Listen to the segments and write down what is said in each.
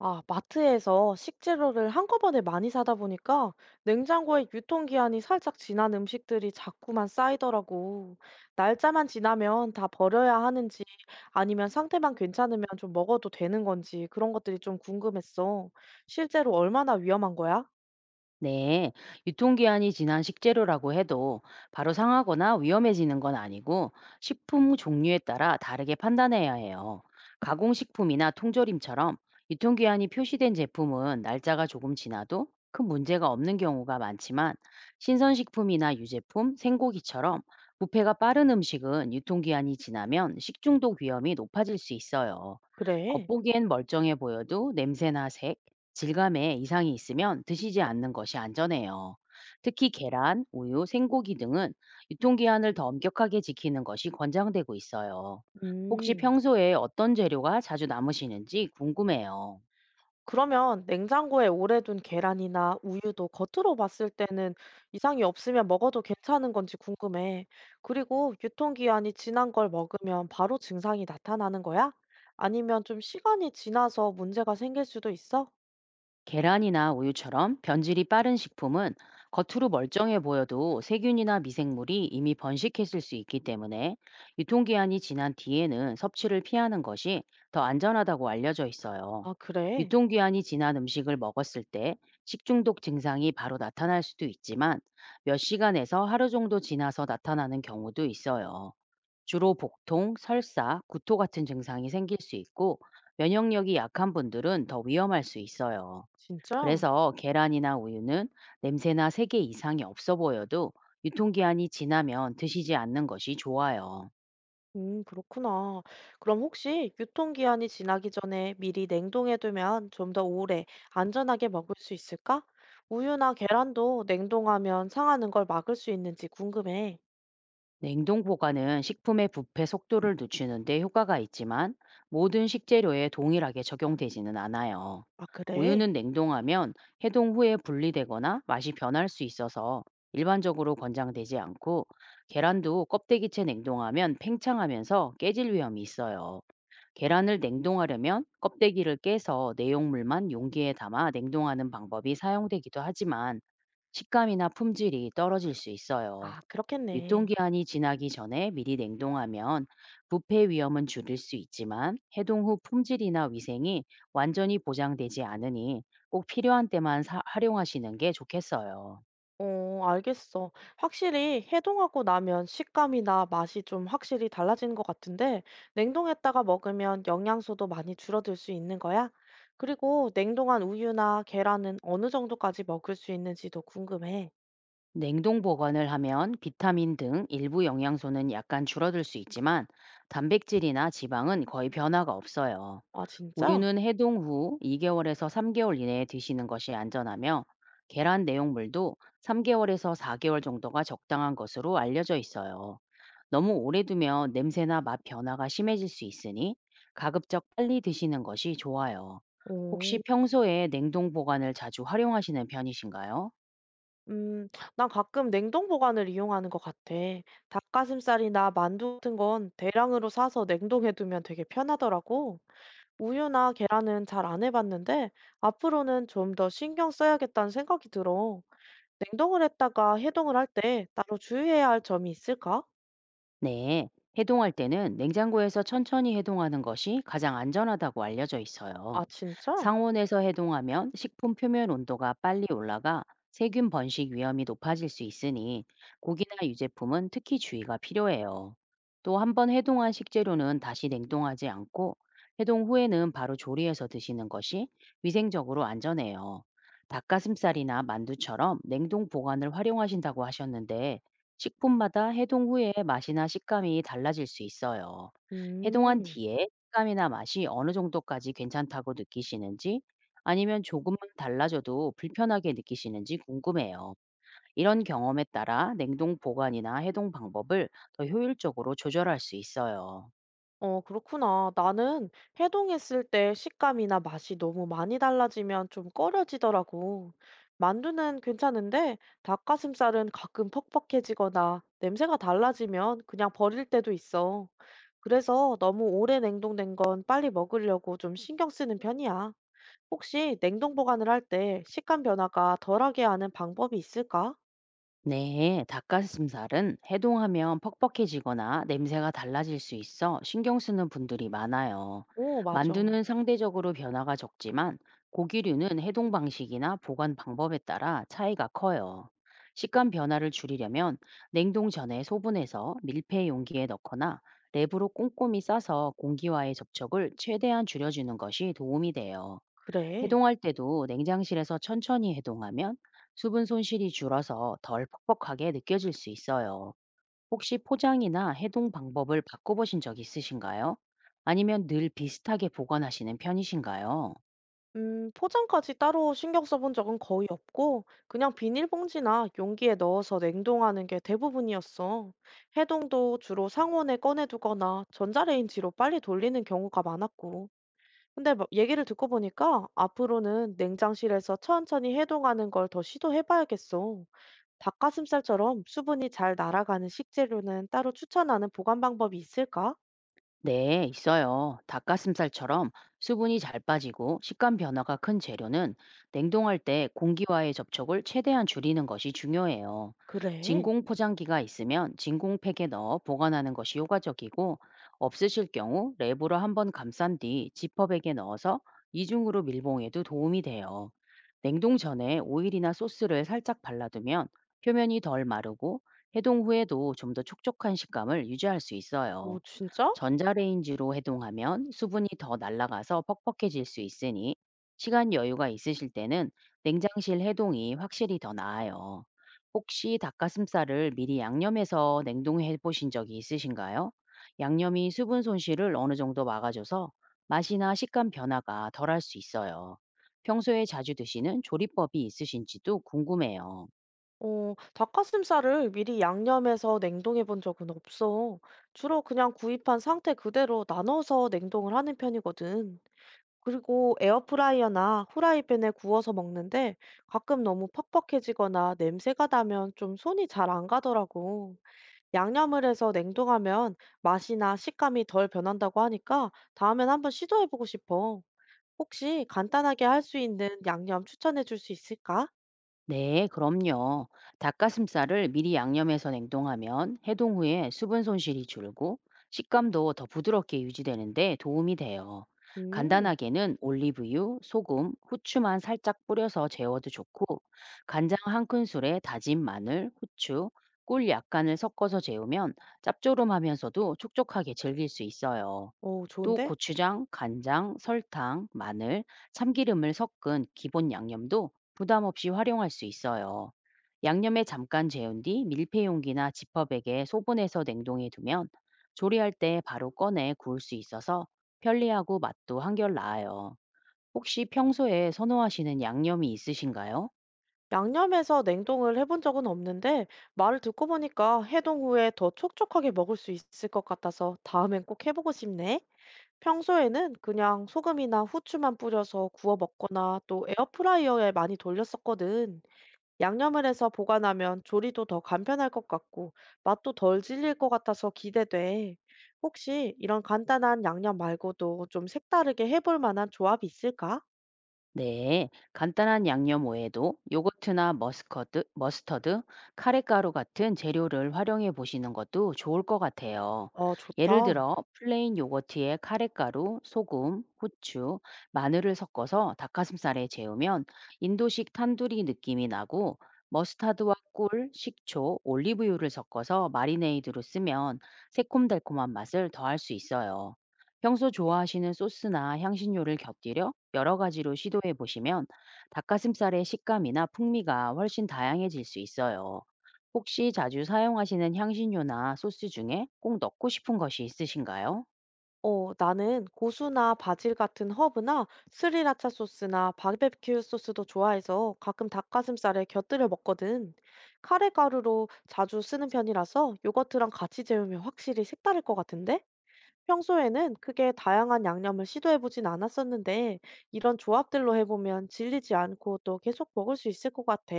아, 마트에서 식재료를 한꺼번에 많이 사다 보니까 냉장고에 유통기한이 살짝 지난 음식들이 자꾸만 쌓이더라고. 날짜만 지나면 다 버려야 하는지 아니면 상태만 괜찮으면 좀 먹어도 되는 건지 그런 것들이 좀 궁금했어. 실제로 얼마나 위험한 거야? 네, 유통기한이 지난 식재료라고 해도 바로 상하거나 위험해지는 건 아니고 식품 종류에 따라 다르게 판단해야 해요. 가공식품이나 통조림처럼 유통기한이 표시된 제품은 날짜가 조금 지나도 큰 문제가 없는 경우가 많지만, 신선식품이나 유제품, 생고기처럼 부패가 빠른 음식은 유통기한이 지나면 식중독 위험이 높아질 수 있어요. 그래. 겉보기엔 멀쩡해 보여도 냄새나 색, 질감에 이상이 있으면 드시지 않는 것이 안전해요. 특히 계란, 우유, 생고기 등은 유통기한을 더 엄격하게 지키는 것이 권장되고 있어요. 혹시 음. 평소에 어떤 재료가 자주 남으시는지 궁금해요. 그러면 냉장고에 오래 둔 계란이나 우유도 겉으로 봤을 때는 이상이 없으면 먹어도 괜찮은 건지 궁금해. 그리고 유통기한이 지난 걸 먹으면 바로 증상이 나타나는 거야? 아니면 좀 시간이 지나서 문제가 생길 수도 있어? 계란이나 우유처럼 변질이 빠른 식품은 겉으로 멀쩡해 보여도 세균이나 미생물이 이미 번식했을 수 있기 때문에, 유통기한이 지난 뒤에는 섭취를 피하는 것이 더 안전하다고 알려져 있어요. 아, 그래? 유통기한이 지난 음식을 먹었을 때 식중독 증상이 바로 나타날 수도 있지만, 몇 시간에서 하루 정도 지나서 나타나는 경우도 있어요. 주로 복통, 설사, 구토 같은 증상이 생길 수 있고, 면역력이 약한 분들은 더 위험할 수 있어요. 진짜? 그래서 계란이나 우유는 냄새나 색이 이상이 없어 보여도 유통기한이 지나면 드시지 않는 것이 좋아요. 그렇구나. 그럼 혹시 유통기한이 지나기 전에 미리 냉동해두면 좀 더 오래 안전하게 먹을 수 있을까? 우유나 계란도 냉동하면 상하는 걸 막을 수 있는지 궁금해. 네, 냉동 보관은 식품의 부패 속도를 늦추는데 효과가 있지만, 모든 식재료에 동일하게 적용되지는 않아요. 아, 그래? 우유는 냉동하면 해동 후에 분리되거나 맛이 변할 수 있어서 일반적으로 권장되지 않고, 계란도 껍데기째 냉동하면 팽창하면서 깨질 위험이 있어요. 계란을 냉동하려면 껍데기를 깨서 내용물만 용기에 담아 냉동하는 방법이 사용되기도 하지만, 식감이나 품질이 떨어질 수 있어요. 아, 그렇겠네. 유통기한이 지나기 전에 미리 냉동하면 부패 위험은 줄일 수 있지만, 해동 후 품질이나 위생이 완전히 보장되지 않으니 꼭 필요한 때만 활용하시는 게 좋겠어요. 어, 알겠어. 확실히 해동하고 나면 식감이나 맛이 좀 확실히 달라지는 것 같은데 냉동했다가 먹으면 영양소도 많이 줄어들 수 있는 거야? 그리고 냉동한 우유나 계란은 어느 정도까지 먹을 수 있는지도 궁금해. 냉동 보관을 하면 비타민 등 일부 영양소는 약간 줄어들 수 있지만, 단백질이나 지방은 거의 변화가 없어요. 아, 진짜? 우유는 해동 후 2개월에서 3개월 이내에 드시는 것이 안전하며, 계란 내용물도 3개월에서 4개월 정도가 적당한 것으로 알려져 있어요. 너무 오래 두면 냄새나 맛 변화가 심해질 수 있으니 가급적 빨리 드시는 것이 좋아요. 혹시 오. 평소에 냉동 보관을 자주 활용하시는 편이신가요? 음, 난 가끔 냉동 보관을 이용하는 것 같아. 닭가슴살이나 만두 같은 건 대량으로 사서 냉동해 두면 되게 편하더라고. 우유나 계란은 잘 안 해봤는데 앞으로는 좀 더 신경 써야겠다는 생각이 들어. 냉동을 했다가 해동을 할 때 따로 주의해야 할 점이 있을까? 네, 해동할 때는 냉장고에서 천천히 해동하는 것이 가장 안전하다고 알려져 있어요. 아, 진짜? 상온에서 해동하면 식품 표면 온도가 빨리 올라가 세균 번식 위험이 높아질 수 있으니, 고기나 유제품은 특히 주의가 필요해요. 또 한 번 해동한 식재료는 다시 냉동하지 않고, 해동 후에는 바로 조리해서 드시는 것이 위생적으로 안전해요. 닭가슴살이나 만두처럼 냉동 보관을 활용하신다고 하셨는데, 식품마다 해동 후에 맛이나 식감이 달라질 수 있어요. 해동한 음, 뒤에 식감이나 맛이 어느 정도까지 괜찮다고 느끼시는지, 아니면 조금만 달라져도 불편하게 느끼시는지 궁금해요. 이런 경험에 따라 냉동 보관이나 해동 방법을 더 효율적으로 조절할 수 있어요. 어, 그렇구나. 나는 해동했을 때 식감이나 맛이 너무 많이 달라지면 좀 꺼려지더라고. 만두는 괜찮은데 닭가슴살은 가끔 퍽퍽해지거나 냄새가 달라지면 그냥 버릴 때도 있어. 그래서 너무 오래 냉동된 건 빨리 먹으려고 좀 신경 쓰는 편이야. 혹시 냉동 보관을 할 때 식감 변화가 덜하게 하는 방법이 있을까? 네, 닭가슴살은 해동하면 퍽퍽해지거나 냄새가 달라질 수 있어 신경 쓰는 분들이 많아요. 오, 맞아. 만두는 상대적으로 변화가 적지만, 고기류는 해동 방식이나 보관 방법에 따라 차이가 커요. 식감 변화를 줄이려면 냉동 전에 소분해서 밀폐 용기에 넣거나 랩으로 꼼꼼히 싸서 공기와의 접촉을 최대한 줄여주는 것이 도움이 돼요. 그래. 해동할 때도 냉장실에서 천천히 해동하면 수분 손실이 줄어서 덜 퍽퍽하게 느껴질 수 있어요. 혹시 포장이나 해동 방법을 바꿔보신 적 있으신가요? 아니면 늘 비슷하게 보관하시는 편이신가요? 포장까지 따로 신경 써본 적은 거의 없고, 그냥 비닐봉지나 용기에 넣어서 냉동하는 게 대부분이었어. 해동도 주로 상온에 꺼내두거나 전자레인지로 빨리 돌리는 경우가 많았고. 근데 막 얘기를 듣고 보니까 앞으로는 냉장실에서 천천히 해동하는 걸 더 시도해 봐야겠어. 닭가슴살처럼 수분이 잘 날아가는 식재료는 따로 추천하는 보관 방법이 있을까? 네, 있어요. 닭가슴살처럼 수분이 잘 빠지고 식감 변화가 큰 재료는 냉동할 때 공기와의 접촉을 최대한 줄이는 것이 중요해요. 그래. 진공 포장기가 있으면 진공팩에 넣어 보관하는 것이 효과적이고, 없으실 경우 랩으로 한번 감싼 뒤 지퍼백에 넣어서 이중으로 밀봉해도 도움이 돼요. 냉동 전에 오일이나 소스를 살짝 발라두면 표면이 덜 마르고 해동 후에도 좀 더 촉촉한 식감을 유지할 수 있어요. 오, 진짜? 전자레인지로 해동하면 수분이 더 날아가서 퍽퍽해질 수 있으니, 시간 여유가 있으실 때는 냉장실 해동이 확실히 더 나아요. 혹시 닭가슴살을 미리 양념해서 냉동해 보신 적이 있으신가요? 양념이 수분 손실을 어느 정도 막아줘서 맛이나 식감 변화가 덜할 수 있어요. 평소에 자주 드시는 조리법이 있으신지도 궁금해요. 어, 닭가슴살을 미리 양념해서 냉동해 본 적은 없어. 주로 그냥 구입한 상태 그대로 나눠서 냉동을 하는 편이거든. 그리고 에어프라이어나 후라이팬에 구워서 먹는데 가끔 너무 퍽퍽해지거나 냄새가 나면 좀 손이 잘 안 가더라고. 양념을 해서 냉동하면 맛이나 식감이 덜 변한다고 하니까 다음엔 한번 시도해보고 싶어. 혹시 간단하게 할 수 있는 양념 추천해줄 수 있을까? 네, 그럼요. 닭가슴살을 미리 양념해서 냉동하면 해동 후에 수분 손실이 줄고 식감도 더 부드럽게 유지되는데 도움이 돼요. 음, 간단하게는 올리브유, 소금, 후추만 살짝 뿌려서 재워도 좋고, 간장 한 큰술에 다진 마늘, 후추, 꿀 약간을 섞어서 재우면 짭조름하면서도 촉촉하게 즐길 수 있어요. 오, 또 좋은데? 고추장, 간장, 설탕, 마늘, 참기름을 섞은 기본 양념도 부담 없이 활용할 수 있어요. 양념에 잠깐 재운 뒤 밀폐 용기나 지퍼백에 소분해서 냉동해 두면 조리할 때 바로 꺼내 구울 수 있어서 편리하고 맛도 한결 나아요. 혹시 평소에 선호하시는 양념이 있으신가요? 양념해서 냉동을 해본 적은 없는데 말을 듣고 보니까 해동 후에 더 촉촉하게 먹을 수 있을 것 같아서 다음엔 꼭 해보고 싶네. 평소에는 그냥 소금이나 후추만 뿌려서 구워 먹거나 또 에어프라이어에 많이 돌렸었거든. 양념을 해서 보관하면 조리도 더 간편할 것 같고 맛도 덜 질릴 것 같아서 기대돼. 혹시 이런 간단한 양념 말고도 좀 색다르게 해볼 만한 조합이 있을까? 네, 간단한 양념 외에도 요거트나 머스터드, 카레가루 같은 재료를 활용해 보시는 것도 좋을 것 같아요. 어, 예를 좋다. 들어, 플레인 요거트에 카레가루, 소금, 후추, 마늘을 섞어서 닭가슴살에 재우면 인도식 탄두리 느낌이 나고, 머스타드와 꿀, 식초, 올리브유를 섞어서 마리네이드로 쓰면 새콤달콤한 맛을 더할 수 있어요. 평소 좋아하시는 소스나 향신료를 곁들여 여러 가지로 시도해 보시면 닭가슴살의 식감이나 풍미가 훨씬 다양해질 수 있어요. 혹시 자주 사용하시는 향신료나 소스 중에 꼭 넣고 싶은 것이 있으신가요? 어, 나는 고수나 바질 같은 허브나 스리라차 소스나 바베큐 소스도 좋아해서 가끔 닭가슴살에 곁들여 먹거든. 카레 가루로 자주 쓰는 편이라서 요거트랑 같이 재우면 확실히 색다를 것 같은데? 평소에는 크게 다양한 양념을 시도해보진 않았었는데 이런 조합들로 해보면 질리지 않고 또 계속 먹을 수 있을 것 같아.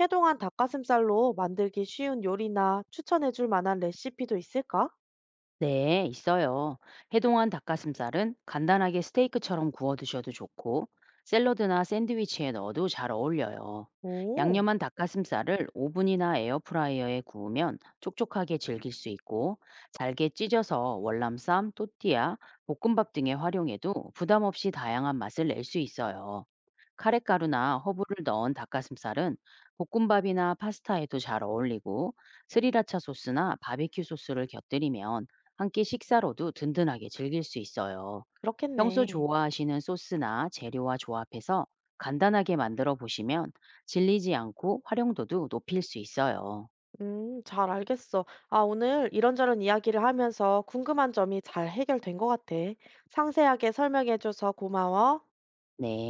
해동한 닭가슴살로 만들기 쉬운 요리나 추천해줄 만한 레시피도 있을까? 네, 있어요. 해동한 닭가슴살은 간단하게 스테이크처럼 구워 드셔도 좋고, 샐러드나 샌드위치에 넣어도 잘 어울려요. 오, 양념한 닭가슴살을 오븐이나 에어프라이어에 구우면 촉촉하게 즐길 수 있고, 잘게 찢어서 월남쌈, 또띠아, 볶음밥 등에 활용해도 부담 없이 다양한 맛을 낼 수 있어요. 카레가루나 허브를 넣은 닭가슴살은 볶음밥이나 파스타에도 잘 어울리고, 스리라차 소스나 바비큐 소스를 곁들이면 한 끼 식사로도 든든하게 즐길 수 있어요. 평소 그렇겠네. 좋아하시는 소스나 재료와 조합해서 간단하게 만들어 보시면 질리지 않고 활용도도 높일 수 있어요. 잘 알겠어. 아, 오늘 이런저런 이야기를 하면서 궁금한 점이 잘 해결된 것 같아. 상세하게 설명해줘서 고마워. 네.